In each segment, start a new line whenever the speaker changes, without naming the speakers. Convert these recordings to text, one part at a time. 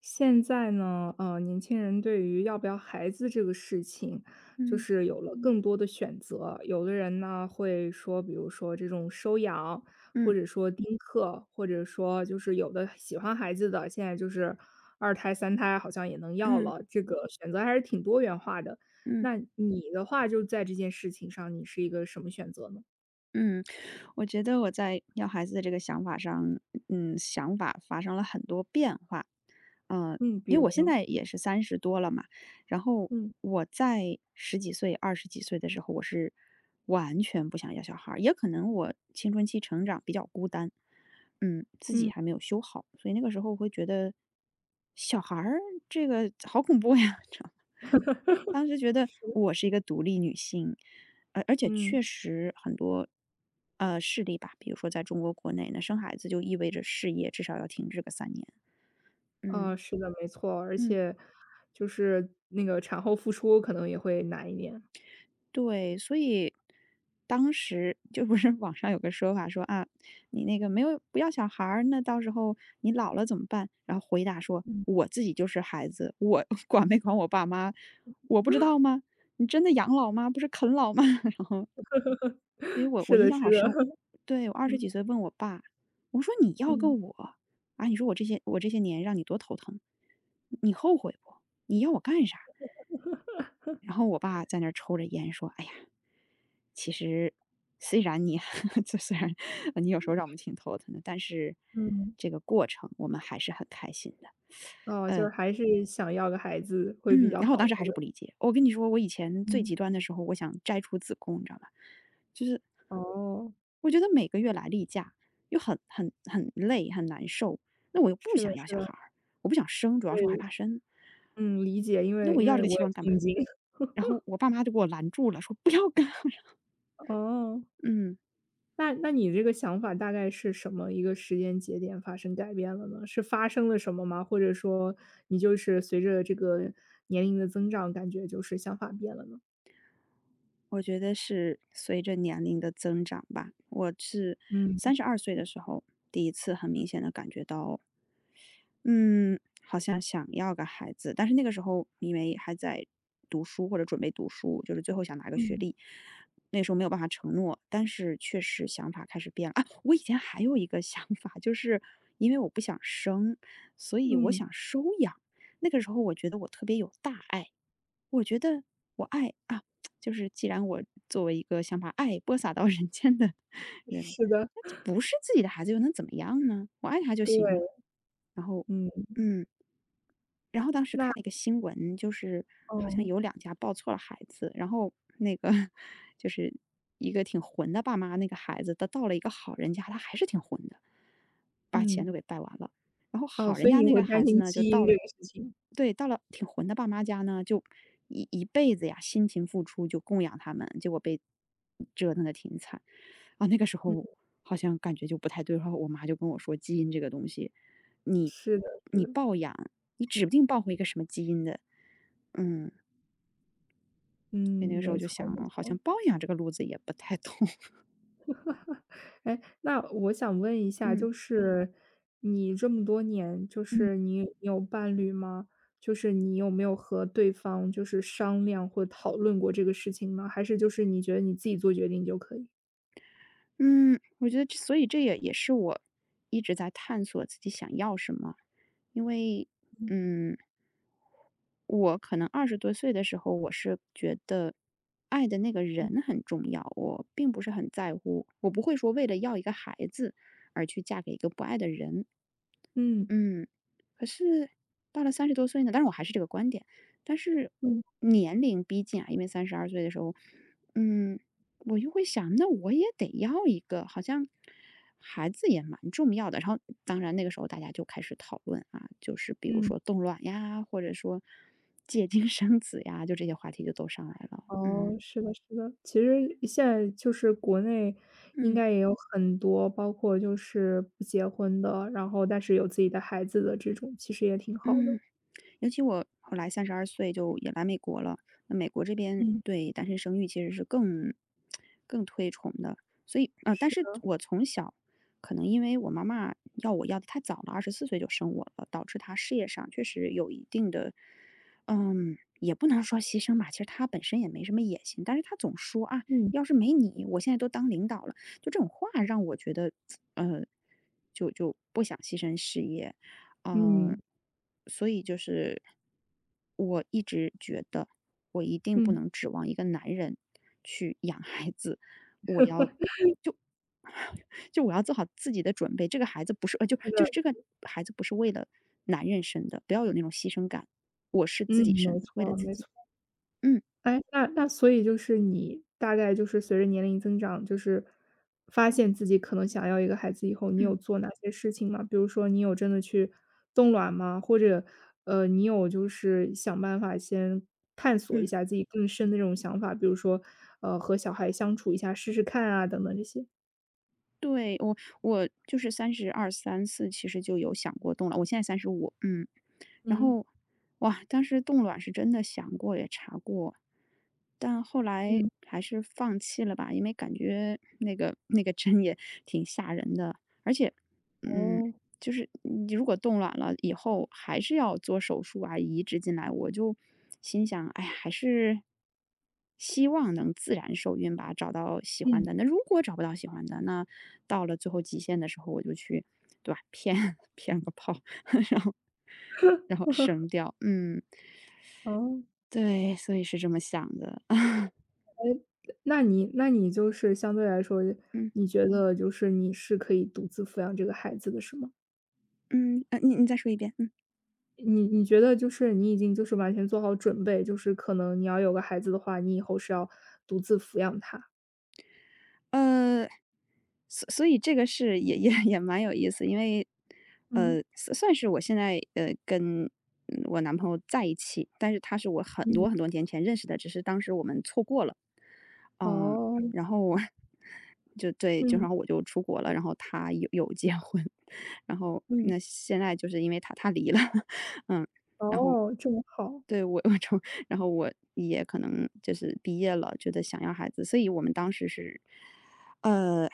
现在呢，年轻人对于要不要孩子这个事情，就
嗯
是有了更多的选择。有的人呢，会说，比如说这种收养，或
嗯
者说丁克，或者说就是有的喜欢孩子的，现在就是二胎、三胎好像也能要
嗯
了，这个选择还是挺多元化的。
嗯
那你的话就在这件事情上，你是一个什么选择呢？
嗯，我觉得我在要孩子的这个想法上，想法发生了很多变化。嗯、
嗯，比
因
如
为我现
呢？
在也是三十多了嘛，然后
嗯，
我在十几岁、二十几岁的时候，我是完全不想要小孩儿，也可能我青春期成长比较孤单，自己
嗯
还没有修好，所以那个时候我会觉得小孩儿这个好恐怖呀，当 时觉得我是一个独立女性，而且
嗯。
确实很多，事例吧，比如说在中国国内呢，生孩子就意味着事业至少要停滞个3年。嗯，
嗯，是的，没错，而
嗯。
且就是那个产后复出可能也会难一点。
对，所以当时就不是网上有个说法说，啊，你那个没有不要小孩儿，那到时候你老了怎么办？然后回答说：
嗯。
“我自己就是孩子，我 管没管我爸妈，我不知道吗？你真的养老吗？不是啃老吗？" 然后所以 我
是
印
的，
象
是
好
的，
深，对，我二十
嗯，
几岁问我爸，我说："你要个
嗯，
我，啊，你说我这些年让你多头疼，你后悔不？你要我干啥？"然后我爸在那儿抽着烟说："哎呀，其实虽然你 这虽然呃你有时候让我们挺头疼的，但是
嗯。
这个过程我们还是很开心的。"
哦，就是
嗯。
还是想要个孩子会比
嗯，
较
然后我
好，
当时
觉
还是
得
不理解。我跟你说，我以前最
嗯。
极端的时候，我想摘除子宫，你知道吧？就是
哦，
我觉得每个月来例假又很很很累，很难受。那我又不
是的，
想要
是
小
的，
孩儿，我不想生，主要是我害
对，
怕生。
嗯，理解，因
那
为
我要这个器
我也
官干嘛？
挺经
然后我爸妈就给我拦住了，说不要干。
哦，
嗯，
那你这个想法大概是什么一个时间节点发生改变了呢？是发生了什么吗？或者说你就是随着这个年龄的增长，感觉就是想法变了呢？
我觉得是随着年龄的增长吧。我是
嗯。
三十二岁的时候，第一次很明显的感觉到嗯，好像想要个孩子，但是那个时候因为还在读书或者准备读书，就是最后想拿个学
嗯。
历，那时候没有办法承诺，但是确实想法开始变了啊。我以前还有一个想法，就是因为我不想生，所以我
嗯，
想收养。那个时候我觉得我特别有大爱，我觉得我爱啊，就是既然我作为一个想把爱播撒到人间的人，
是的，
那这不是自己的孩子又能怎么样呢？我爱他就行了。
对，
然后，
嗯，
嗯。然后当时
那
看了一个新闻，就是好像
哦，
有2家抱错了孩子，然后那个 就是一个挺混的爸妈，那个孩子他到了一个好人家，他还是挺混的，把钱
嗯，
都给败完了。然后
哦，
好
所
人
以
家
你
那
会
个
担
孩子
心
呢，就
基
到
因这
了，
个事情，
对，到了挺混的爸妈家呢，就一辈子呀辛勤付出，就供养他们，结果被折腾的挺惨啊。那个时
嗯，
候好像感觉就不太对，然后我妈就跟我说，基因这个东西，你
是的，是
你
的，
抱养。你指不定抱回一个什么基因的。嗯，所以
嗯，
那个时候
没
就
错，
想，
没
好
错。
像包养这个路子也不太通。
哎，那我想问一下，
嗯
就是你这么多年，就
嗯
是你有伴侣吗？就是你有没有和对方就是商量或讨论过这个事情呢？还是就是你觉得你自己做决定就可以？
嗯，我觉得所以这也是我一直在探索自己想要什么，因为嗯，我可能20多岁的时候，我是觉得爱的那个
嗯
人很重要，我并不是很在乎，我不会说为了要一个孩子而去嫁给一个不爱的人。
嗯
嗯，可是到了30多岁呢，但是我还是这个观点，但是
嗯
年龄逼近啊，因为三十二岁的时候，嗯，我又会想，那我也得要一个，好像孩子也蛮重要的。然后当然那个时候大家就开始讨论啊，就是比如
嗯。
说冻卵呀，或者说借精生子呀，就这些话题就都上来了。
哦，
嗯。
是的，是的。其实现在就是国内应
嗯
该也有很多，包括就是不结婚的，然后但是有自己的孩子的这种，其实也挺好的。
嗯。尤其我后来三十二岁就也来美国了，那美国这边
嗯，
对单身生育其实是更推崇的。所以
是
但是
的，
我从小可能因为我妈妈要我要的太早了24岁就生我了，导致她事业上确实有一定的也不能说牺牲吧，其实她本身也没什么野心，但是她总说："啊，
嗯。
要是没你，我现在都当领导了。"就这种话让我觉得，呃，就不想牺牲事业，嗯，
嗯，
所以就是我一直觉得，我一定不
嗯，
能指望一个男人去养孩子，我要就我要做好自己的准备。这个孩子不是就
是的，
就是这个孩子不是为了男人生的，不要有那种牺牲感。我是自己
嗯，
生
没
的，为了
错，
自
没错。
己。嗯
哎，那所以就是你大概就是随着年龄增长，就是发现自己可能想要一个孩子以后，你
嗯
有做哪些事情吗？比如说你有真的去冻卵吗？或者，你有就是想办法先探索一
嗯，
下自己更深的这种想法，比如说，和小孩相处一下试试看啊，等等这些。
对，我就是三十二三四，34其实就有想过动了。我现在35，然
嗯
后，哇，当时冻卵是真的想过也查过，但后来
嗯，
还是放弃了吧，因为感觉那个针也挺吓人的，而且，嗯，
哦
就是你如果冻卵了以后还是要做手术啊，移植进来，我就心想，哎呀，还是希望能自然受孕吧，找到喜欢
嗯。
的。那如果找不到喜欢的，那到了最后极限的时候，我就去，对吧？骗 骗个炮，然后声调，
哦，
对，所以是这么想的。
那你就是相对来说，
嗯，
你觉得就是你是可以独自抚养这个孩子的，是吗？
你再说一遍。
你觉得就是你已经就是完全做好准备，就是可能你要有个孩子的话，你以后是要独自抚养他。
呃，所以这个是也蛮有意思，因为，
嗯，
算是我现在跟我男朋友在一起，但是他是我很
嗯。
多很多年前认识的，只是当时我们错过了，嗯、
哦，
然后我 就对，就
嗯，
然后我就出国了，然后他有结婚，然后
嗯，
那现在就是因为他离了，嗯，然后
哦，这么好。
对，我就然后我也可能就是毕业了，觉得想要孩子，所以我们当时是。呃，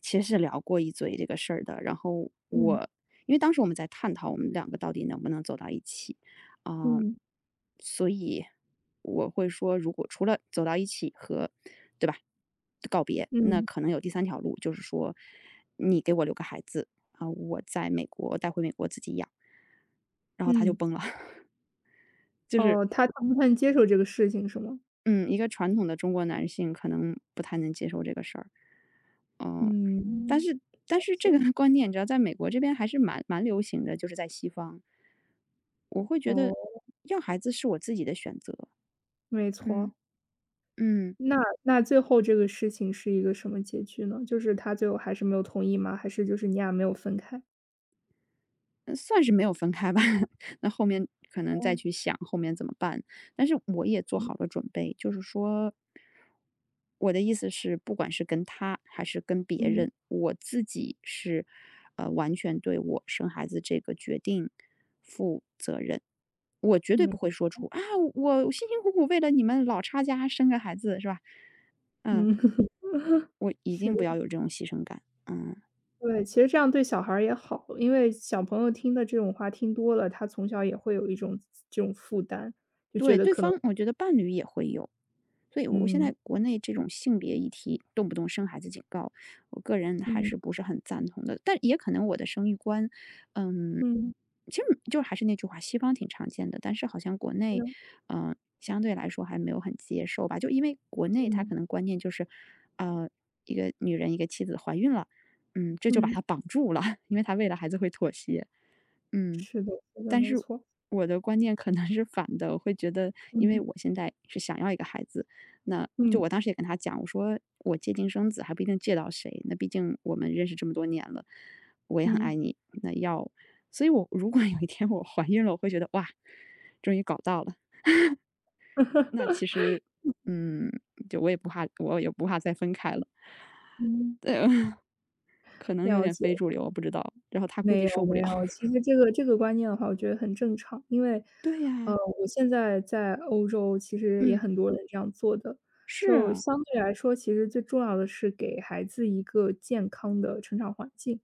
其实是聊过一嘴这个事儿的。然后
嗯，
我因为当时我们在探讨我们2个到底能不能走到一起，啊、
嗯，
所以我会说，如果除了走到一起和对吧告别，那
嗯，
可能有第三条路，就是说你给我留个孩子我在美国带回美国自己养。然后他就
嗯，
崩了，就是
哦，他不太接受这个事情是吗？
嗯，一个传统的中国男性可能不太能接受这个事儿。嗯，但
嗯，
是
了
这个
解
观念，你知道在美国这边还是蛮流行的，就是在西方。我会觉得
哦，
要孩子是我自己的选择，
没
嗯，
错。
嗯。
那那最后这个事情是一个什么结局呢？就是他最后还是没有同意吗？还是就是你俩没有分开？
嗯，算是没有分开吧，那后面可能再
哦，
去想后面怎么办，但是我也做
嗯，
好了准备，就是说我的意思是，不管是跟他还是跟别
嗯，
人，我自己是，完全对我生孩子这个决定负责任。我绝对
没
不会说出啊，我辛辛苦苦为了你们老差家生个孩子是吧？嗯，
嗯，
我一
是
定不
的。
要有这种牺牲感。嗯。
对，其实这样对小孩儿也好，因为小朋友听的这种话听多了，他从小也会有一种这种负担，就觉
对，
得
对
可能
方我觉得伴侣也会有。所以我现
嗯，
在国内这种性别议题，动不动生孩子警告，我个人还
嗯，
是不是很赞同的。但也可能我的生育观，嗯，
嗯，
其实就还是那句话，西方挺常见的，但是好像国内，
是
嗯、相对来说还没有很接受吧。就因为国
的
内他
嗯，
可能观念就是，呃，一个女人一个妻子怀孕了，这就把
嗯，
她绑住了，因为她为了孩子会妥协，嗯。
是的，是的，
但
没
是
错，
我的观念可能是反的，我会觉得，因为
嗯，
我现在是想要一个孩子，那就
嗯，
我当时也跟他讲，我说我借精生子还不一定借到谁，那毕竟我们认识这么多年了，我也很爱
嗯，
你，那要，所以我如果有一天我怀孕了，我会觉得哇，终于搞到了，那其实，嗯，就我也不怕，我也不怕再分开了，
嗯，
对，可能有
了
点
解。
非主流，我不知道，然后他估
没
计
有
受不
没
了，
有，其 实这个观念的话，我觉得很正常。因为，
对
呃，
呀，
我现在在欧洲，其实也
嗯，
很多人这样做的。
是
就
啊，
相对来说，其实最重要的是给孩子一个健康的成长环境。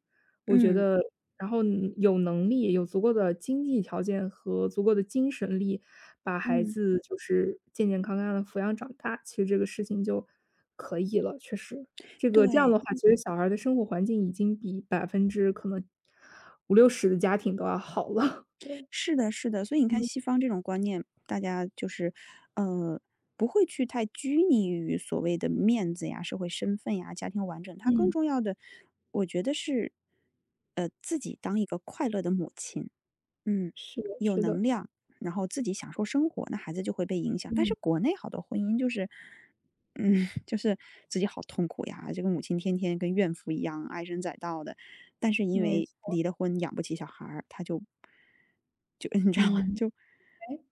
我觉
嗯
得，然后你有能力、有足够的经济条件和足够的精神力，把孩
嗯，
子就是健健康康的抚养长大，其实这个事情就可以了，确实。这样
对。
的话，其实小孩儿的生活环境已经比百分之可能五六十的家庭都要好了。
是的，是的，所以你看西方这种观念，大家就是，呃，不会去太拘泥于所谓的面子呀、社会身份呀、家庭完整，它更
嗯，
重要的，我觉得是，自己当一个快乐的母亲，嗯，
是的
有
是
能
的，
量，然后自己享受生活，那孩子就会被影响。但是
嗯。
国内好多婚姻就是，就是自己好痛苦呀，这个母亲天天跟怨妇一样唉声载道的，但是因
没
为
错，
离了婚养不起小孩儿，她就 你知道吗？
嗯，诶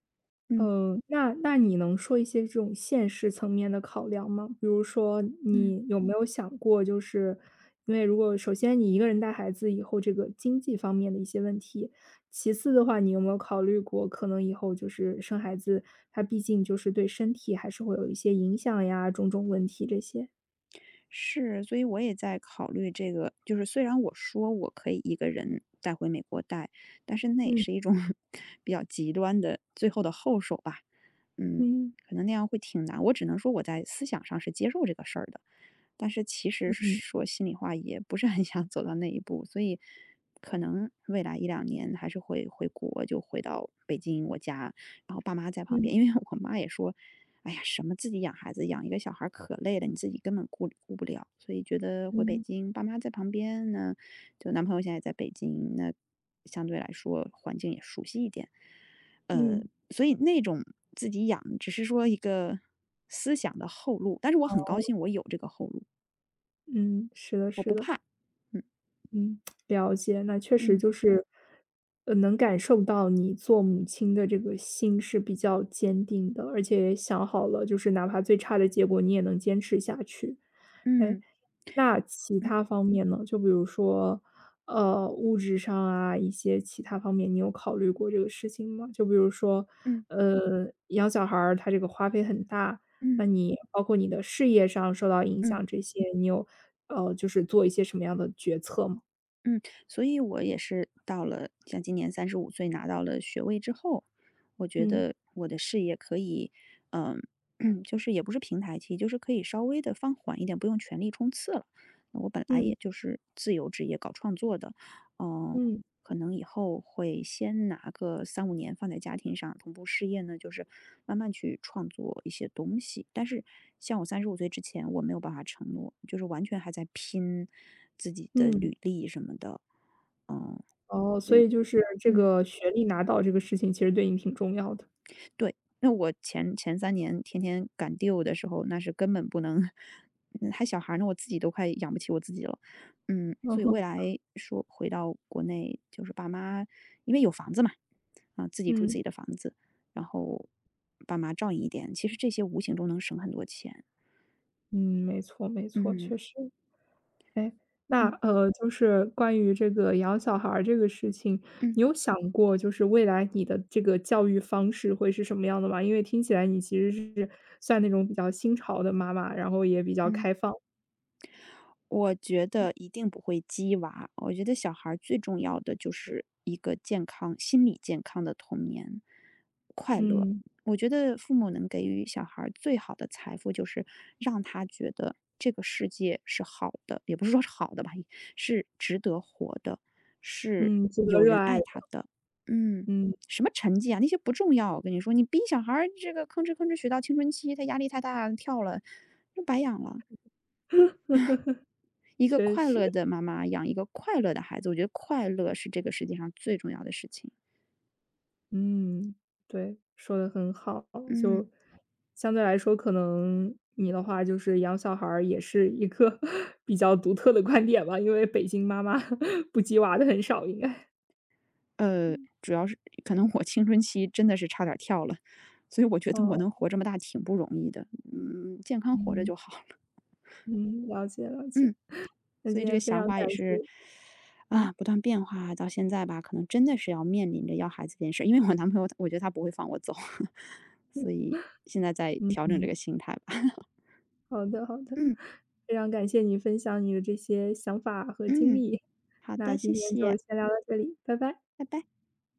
嗯
嗯，那你能说一些这种现实层面的考量吗？比如说，
嗯。
你有没有想过，就是因为如果首先你一个人带孩子以后，这个经济方面的一些问题；其次的话，你有没有考虑过，可能以后就是生孩子，他毕竟就是对身体还是会有一些影响呀，种种问题这些。
是，所以我也在考虑这个，就是虽然我说我可以一个人带回美国带，但是那也
嗯
是一种 比较极端的最后的后手吧。嗯，
嗯
可能那样会挺难。我只能说我在思想上是接受这个事儿的，但是其实
嗯
说心里话也不是很 想走到那一步，所以可能未来一两年还是会回国，就回到北京我家，然后爸妈在旁
嗯
边，因为我妈也说。哎呀，什么自己养孩子，养一个小孩儿可累了，你自己根本顾不了，所以觉得回北
嗯
京，爸妈在旁边呢，就男朋友现在在北京，那相对来说环境也熟悉一点，呃，
嗯，
所以那种自己养，只是说一个思想的后路，但是我很高
好，
兴我有这个后路，
嗯，是的，
我
是
不
的。
怕，嗯
嗯，了解，那确实
嗯
就是，能感受到你做母亲的这个心是比较坚定的，而且也想好了，就是哪怕最差的结果你也能坚持下去。哎，
嗯
那其
嗯
他方面呢？就比如说，物质上啊，一些其他方面，你有考虑过这个事情吗？就比如说，
嗯
养小孩儿他这个花费很大，
嗯
那
嗯
你包括你的事业上受到影响
嗯。
这些，你有，就是做一些什么样的决策吗？
嗯，所以我也是到了像今年三十五岁拿到了学位之后，我觉
嗯。
得我的事业可以，嗯，就是也不是平台期，就是可以稍微的放缓一点，不用全力冲刺了。那我本来
嗯，
也就是自由职业搞创作的，嗯，
嗯，
可能以后会先拿个三五年放在家庭上，同步事业呢，就是慢慢去创作一些东西。但是像我三十五岁之前，我没有办法承诺，就是完全还在拼自己的
嗯，
履历什么的。嗯，
哦，所以就是这
嗯。
个学历拿到这个事情其实对你挺重要的。
对，那我前3年天天赶 d e 的时候，那是根本不能还小孩呢，我自己都快养不起我自己了。
嗯
所以
哼，
未来说回到国内，就是爸妈因为有房子嘛，啊，自己住自
嗯，
己的房子，然后爸妈照应一点，其实这些无形中能省很多钱。
嗯，没错没错，
嗯，
确实。哎，那，
嗯，
就是关于这个养小孩儿这个事情，
嗯，
你有想过就是未来你的这个教育方式会是什么样的吗？因为听起来你其实是算那种比较新潮的妈妈，然后也比较
嗯。
开放。
我觉得一定不会激娃，我觉得小孩儿最重要的就是一个健康心理健康的童年，快乐。
嗯，
我觉得父母能给予小孩儿最好的财富，就是让他觉得这个世界是好的，也不是说是好的吧，是值得活的，是
嗯，值得
有
热
人
爱
爱
的
他的。嗯，
嗯，
什么成绩啊，那些不重要。我跟你说，你逼小孩儿这个吭哧吭哧学到青春期，他压力太大，跳了，就白养了。一个
确
快乐
实。
的妈妈养一个快乐的孩子，我觉得快乐是这个世界上最重要的事情。
嗯，对，说的很好。
嗯。
就相对来说，可能你的话就是养小孩儿也是一个 比较独特的观点吧，因为北京妈妈 不鸡娃的很少，应该。
呃，主要是可能我青春期真的是差点跳了，所以我觉得我
哦，
能活这么大挺不容易的，健康活着
嗯
就好了。
嗯，了解了解。
嗯。
那
所
今
以这个
天非
想
常
法
感
也是，
谢，嗯
啊，不断变化到现在吧，可能真的是要面临着要孩子这件事，因为我男朋友我觉得他不会放我走，所 以现在在
嗯，
调整这个心态吧。
好的好 的，
嗯
非常感谢你分享你的这些想法和经
嗯。
历。
好
那
的，谢
今天就
谢，
先聊到这里，拜拜。
拜拜。